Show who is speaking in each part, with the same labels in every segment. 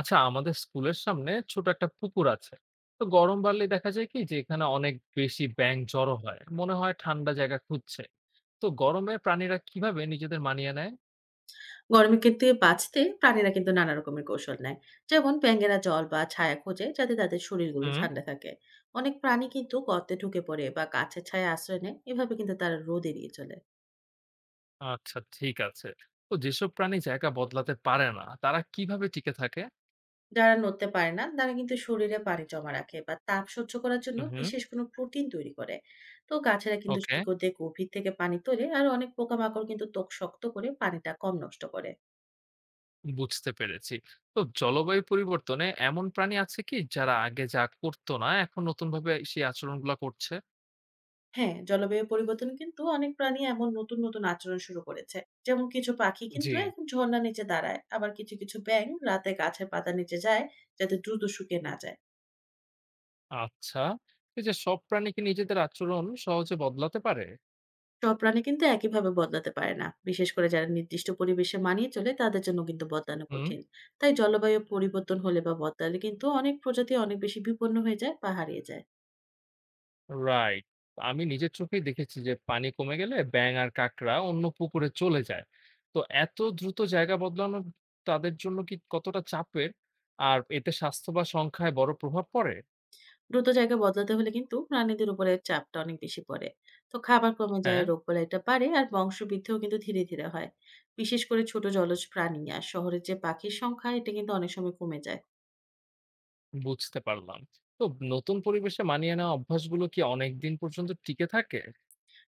Speaker 1: আচ্ছা, আমাদের স্কুলের সামনে ছোট একটা পুকুর আছে। তো গরম বাড়লে দেখা যায় কি যে এখানে অনেক বেশি ব্যাঙ জড়ো হয়, মনে হয় ঠান্ডা জায়গা খুঁজছে। তো গরমে প্রাণীরা কিভাবে নিজেদের মানিয়ে নেয়?
Speaker 2: গরমে কিন্তু বাঁচতে প্রাণীরা কিন্তু নানা রকমের কৌশল নেয়। যেমন ব্যাঙেরা জল বা ছায়া খোঁজে যাতে তাদের শরীরগুলো
Speaker 1: হুম।
Speaker 2: ঠান্ডা থাকে। অনেক প্রাণী কিন্তু গর্তে ঢুকে পড়ে বা গাছের ছায়া আশ্রয় নেয়, এভাবে কিন্তু তারা রোদ এড়িয়ে চলে।
Speaker 1: আচ্ছা, ঠিক আছে। তো যেসব প্রাণী জায়গা বদলাতে পারে না তারা কিভাবে টিকে থাকে?
Speaker 2: যারা নড়তে পারে না তারা কিন্তু শরীরে পানি জমা রাখে বা তাপ সহ্য করার জন্য
Speaker 1: হুম।
Speaker 2: বিশেষ কোনো প্রোটিন তৈরি করে। তো গাছেরা কিন্তু
Speaker 1: ওকে,
Speaker 2: শিকড় দিয়ে গভীর থেকে পানি তোলে আর অনেক পোকামাকড় কিন্তু ত্বক শক্ত করে পানিটা কম নষ্ট করে।
Speaker 1: বুঝতে পেরেছি। তো জলবায়ু পরিবর্তনে এমন প্রাণী আছে কি যারা আগে যা করতো না এখন নতুন ভাবে সেই আচরণগুলো করছে?
Speaker 2: হ্যাঁ, জলবায়ু পরিবর্তনে কিন্তু অনেক প্রাণী এমন নতুন আচরণ শুরু করেছে। যেমন কিছু পাখি
Speaker 1: জি।
Speaker 2: কিন্তু এখন ঝরনার নিচে দাঁড়ায়। আবার কিছু ব্যাঙ রাতে গাছের পাতার নিচে যায় যাতে দ্রুত শুকিয়ে না যায়।
Speaker 1: আচ্ছা, এই যে সব প্রাণী কি নিজেদের আচরণ সহজে বদলাতে পারে?
Speaker 2: সব প্রাণী কিন্তু একইভাবে বদলাতে পারে না। বিশেষ করে যারা নির্দিষ্ট পরিবেশে মানিয়ে চলে তাদের জন্য কিন্তু বদলানো
Speaker 1: হুম।
Speaker 2: কঠিন। তাই জলবায়ু পরিবর্তন হলে বা বদলালে কিন্তু অনেক প্রজাতি অনেক বেশি বিপন্ন হয়ে যায় বা হারিয়ে যায়।
Speaker 1: রাইট। আমি নিজের চোখেই দেখেছি যে পানি কমে গেলে ব্যাঙ আর কাঁকড়া অন্য পুকুরে চলে যায়। তো এত দ্রুত জায়গা বদলানো তাদের জন্য কি কতটা চাপের? আর এতে স্বাস্থ্য বা সংখ্যায় বড় প্রভাব পড়ে?
Speaker 2: দ্রুত জায়গা বদলাতে হলে কিন্তু প্রাণীদের উপরে চাপটা অনেক বেশি পড়ে। তো খাবার কমে যায়,
Speaker 1: হ্যাঁ,
Speaker 2: রোগ এটা বাড়ে আর বংশবৃদ্ধিও কিন্তু ধীরে ধীরে হয়। বিশেষ করে ছোট জলজ প্রাণী আর শহরের যে পাখির সংখ্যা এটা কিন্তু অনেক সময় কমে যায়।
Speaker 1: বুঝতে পারলাম। তো নতুন পরিবেশে মানিয়ে নেওয়া অভ্যাসগুলো কি অনেক দিন পর্যন্ত টিকে থাকে?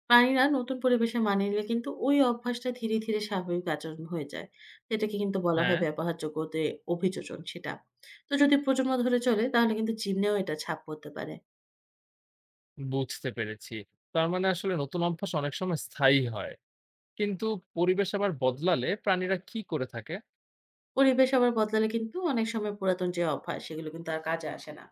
Speaker 2: প্রাণীরা নতুন পরিবেশে মানিয়ে নিলে কিন্তু ওই অভ্যাসটা ধীরে ধীরে স্বাভাবিক আচরণ হয়ে যায়। এটাকে কিন্তু বলা হয়
Speaker 1: হ্যাঁ,
Speaker 2: ব্যবহারযোগ্যতে অভিযোজন সেটা। তো যদি প্রজন্ম ধরে চলে তাহলে কিন্তু জীবনেও এটা ছাপ পড়তে পারে।
Speaker 1: বুঝতে পেরেছি। তার মানে আসলে নতুন অভ্যাস অনেক সময় স্থায়ী হয়, কিন্তু পরিবেশ আবার বদলালে প্রাণীরা কি করে থাকে?
Speaker 2: পরিবেশ আবার বদলালে কিন্তু অনেক সময় পুরাতন যে অভ্যাস সেগুলো কিন্তু আর কাজে আসে না।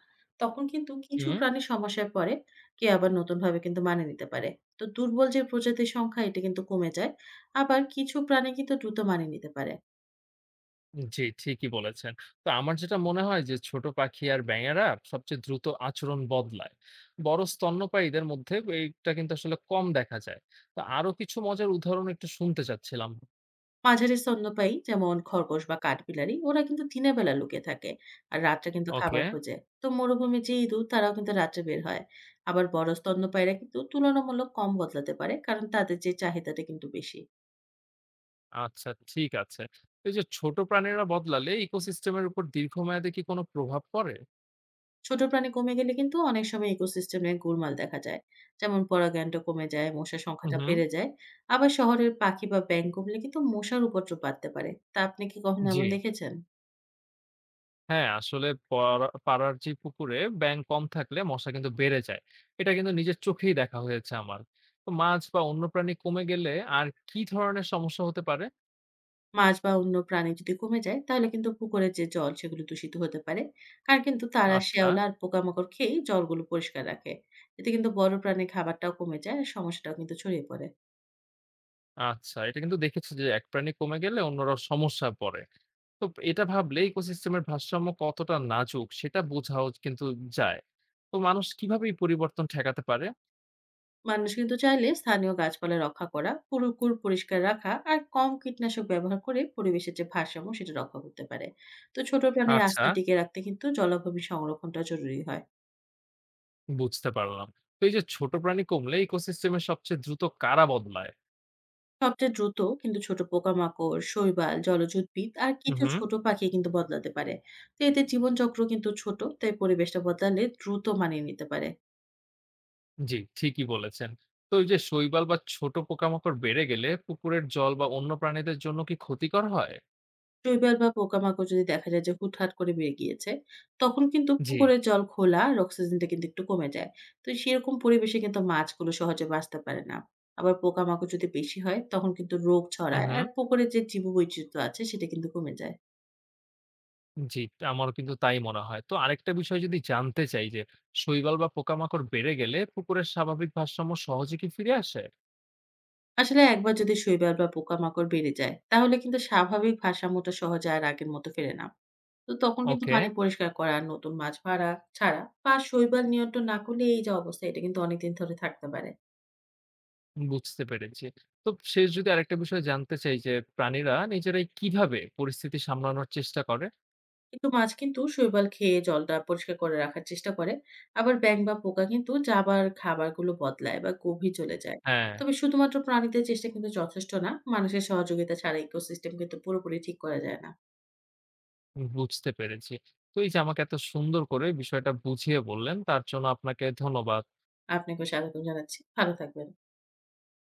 Speaker 2: তখন কিন্তু কিছু
Speaker 1: হুম।
Speaker 2: প্রাণী সমস্যায় পড়ে, কেউ আবার নতুনভাবে কিন্তু মানিয়ে নিতে পারে। তো দুর্বল যে প্রজাতির সংখ্যা এটা কিন্তু কমে যায়। আবার কিছু প্রাণী কিন্তু দ্রুত মানিয়ে নিতে পারে।
Speaker 1: জি, ঠিকই বলেছেন। তো আমার যেটা মনে হয় যে ছোট পাখি আর ব্যাঙেরা সবচেয়ে দ্রুত আচরণ বদলায়। বড় স্তন্যপায়ীদের মধ্যে এইটা কিন্তু আসলে কম দেখা যায়। তো আরো কিছু মজার উদাহরণ একটু শুনতে চাচ্ছিলাম।
Speaker 2: মাঝারি স্তন্যপায়ী যেমন খরগোশ বা কাঠবিলারি ওরা কিন্তু দিনের বেলা লুকিয়ে থাকে আর রাত্রে কিন্তু খাবার
Speaker 1: ওকে।
Speaker 2: খোঁজে। তো মরুভূমির যে ইঁদুর তারাও কিন্তু রাত্রে বের হয়। আবার বড় স্তন্যপায়ীরা কিন্তু তুলনামূলক কম বদলাতে পারে কারণ তাদের যে চাহিদাটা কিন্তু বেশি।
Speaker 1: আচ্ছা, ঠিক আছে। এই যে ছোট প্রাণীরা বদলালে ইকোসিস্টেমের উপর দীর্ঘমেয়াদে কি কোনো প্রভাব পড়ে?
Speaker 2: ছোট প্রাণী কমে গেলে কিন্তু অনেক সময় ইকোসিস্টেমে গোলমাল দেখা যায়। যেমন পরাগায়নটা কমে যায়, মশার সংখ্যাটা
Speaker 1: হুম।
Speaker 2: বেড়ে যায়। আবার শহরের পাখি বা ব্যাঙ কমলে কিন্তু মশার উপদ্রব বাড়তে পারে, তা আপনি কি কখনো
Speaker 1: জি।
Speaker 2: এমন দেখেছেন?
Speaker 1: হ্যাঁ, আসলে পড়া পাড়ার যে পুকুরে ব্যাঙ কম থাকলে মশা কিন্তু বেড়ে যায়। এটা কিন্তু নিজের চোখেই দেখা হয়েছে আমার। তো মাছ বা অন্য প্রাণী কমে গেলে আর কি ধরনের সমস্যা হতে পারে?
Speaker 2: মাছ বা অন্য প্রাণী যদি কমে যায় তাহলে কিন্তু পুকুরের যে জল সেগুলো দূষিত হতে পারে, কারণ কিন্তু তারা
Speaker 1: আচ্ছা,
Speaker 2: শেওলা আর পোকামাকড় খেয়ে জলগুলো পরিষ্কার রাখে। এতে কিন্তু বড় প্রাণীর খাবারটাও কমে যায় আর সমস্যাটাও কিন্তু ছড়িয়ে পড়ে।
Speaker 1: আচ্ছা। এটা কিন্তু দেখেছি যে এক প্রাণী কমে গেলে অন্যরাও সমস্যায় পড়ে। তো এটা ভাবলে ইকোসিস্টেমের ভারসাম্য কতটা নাজুক সেটা বোঝাও কিন্তু যায়। তো মানুষ কিভাবে এই পরিবর্তন ঠেকাতে পারে?
Speaker 2: মানুষ কিন্তু চাইলে স্থানীয় গাছপালা রক্ষা করা, পুকুর পরিষ্কার রাখা আর কম কীটনাশক ব্যবহার করে পরিবেশের যে ভারসাম্য সেটা রক্ষা করতে পারে। তো ছোট প্রাণীর
Speaker 1: আচ্ছা,
Speaker 2: আশ্রয় টিকিয়ে রাখতে কিন্তু জলাভূমি সংরক্ষণটা জরুরি হয়।
Speaker 1: বুঝতে পারলাম। তো এই যে ছোট প্রাণী কমলে ইকোসিস্টেমের সবচেয়ে দ্রুত কারা বদলায়?
Speaker 2: সবচেয়ে দ্রুত কিন্তু ছোট পোকামাকড়, শৈবাল, জলজ উদ্ভিদ আর
Speaker 1: হু,
Speaker 2: কিছু
Speaker 1: হু।
Speaker 2: ছোট পাখি কিন্তু বদলাতে পারে। তো এদের জীবনচক্র কিন্তু ছোট, তাই পরিবেশটা বদলালে দ্রুত মানিয়ে নিতে পারে।
Speaker 1: জি, ঠিকই বলেছেন। তো এই যে শৈবাল বা ছোট পোকামাকড় বেড়ে গেলে পুকুরের জল বা অন্য প্রাণীদের জন্য কি ক্ষতিকর হয়?
Speaker 2: শৈবাল বা পোকামাকড় যদি দেখা যায় যে হুটহাট করে বেড়ে গিয়েছে, তখন কিন্তু
Speaker 1: জি।
Speaker 2: পুকুরের জল খোলা আর অক্সিজেনটা কিন্তু একটু কমে যায়। তো সেরকম পরিবেশে কিন্তু মাছগুলো সহজে বাঁচতে পারে না। আবার পোকামাকড় যদি বেশি হয় তখন কিন্তু রোগ ছড়ায় আর
Speaker 1: উহুম।
Speaker 2: পুকুরের যে জীববৈচিত্র্য আছে সেটা কিন্তু কমে যায়।
Speaker 1: জি, আমারও কিন্তু তাই মনে হয়। তো আরেকটা বিষয় যদি জানতে চাই যে শৈবাল বা পোকামাকড় বেড়ে গেলে পুকুরের স্বাভাবিক ভারসাম্য সহজে কি ফিরে আসে?
Speaker 2: আসলে একবার যদি শৈবাল বা পোকামাকড় বেড়ে যায় তাহলে কিন্তু স্বাভাবিক ভারসাম্যটা সহজে আর আগের মতো ফেরে না। তো তখন কিন্তু
Speaker 1: ওকে,
Speaker 2: পানি পরিষ্কার করা, নতুন মাছ ভাড়া ছাড়া বা শৈবাল নিয়ন্ত্রণ না করলে এই যে অবস্থা এটা কিন্তু অনেকদিন ধরে থাকতে পারে।
Speaker 1: বুঝতে পেরেছি। তো শেষ যদি আরেকটা বিষয় জানতে চাই যে প্রাণীরা নিজেরাই কিভাবে পরিস্থিতি সামলানোর চেষ্টা করে?
Speaker 2: কিন্তু মাছ কিন্তু শৈবাল খেয়ে জলটা পরিষ্কার করে রাখার চেষ্টা করে। আবার ব্যাঙ বা পোকা কিন্তু যাবার খাবারগুলো বদলায় বা গভীর চলে যায়।
Speaker 1: হ্যাঁ,
Speaker 2: তবে শুধুমাত্র প্রাণীদের চেষ্টা কিন্তু যথেষ্ট না, মানুষের সহযোগিতা ছাড়া ইকোসিস্টেম কিন্তু পুরোপুরি ঠিক করা যায় না।
Speaker 1: বুঝতে পেরেছি। তো এই যে আমাকে এত সুন্দর করে বিষয়টা বুঝিয়ে বললেন, তার জন্য আপনাকে ধন্যবাদ।
Speaker 2: আপনাকে স্বাগত জানাচ্ছি, ভালো থাকবেন।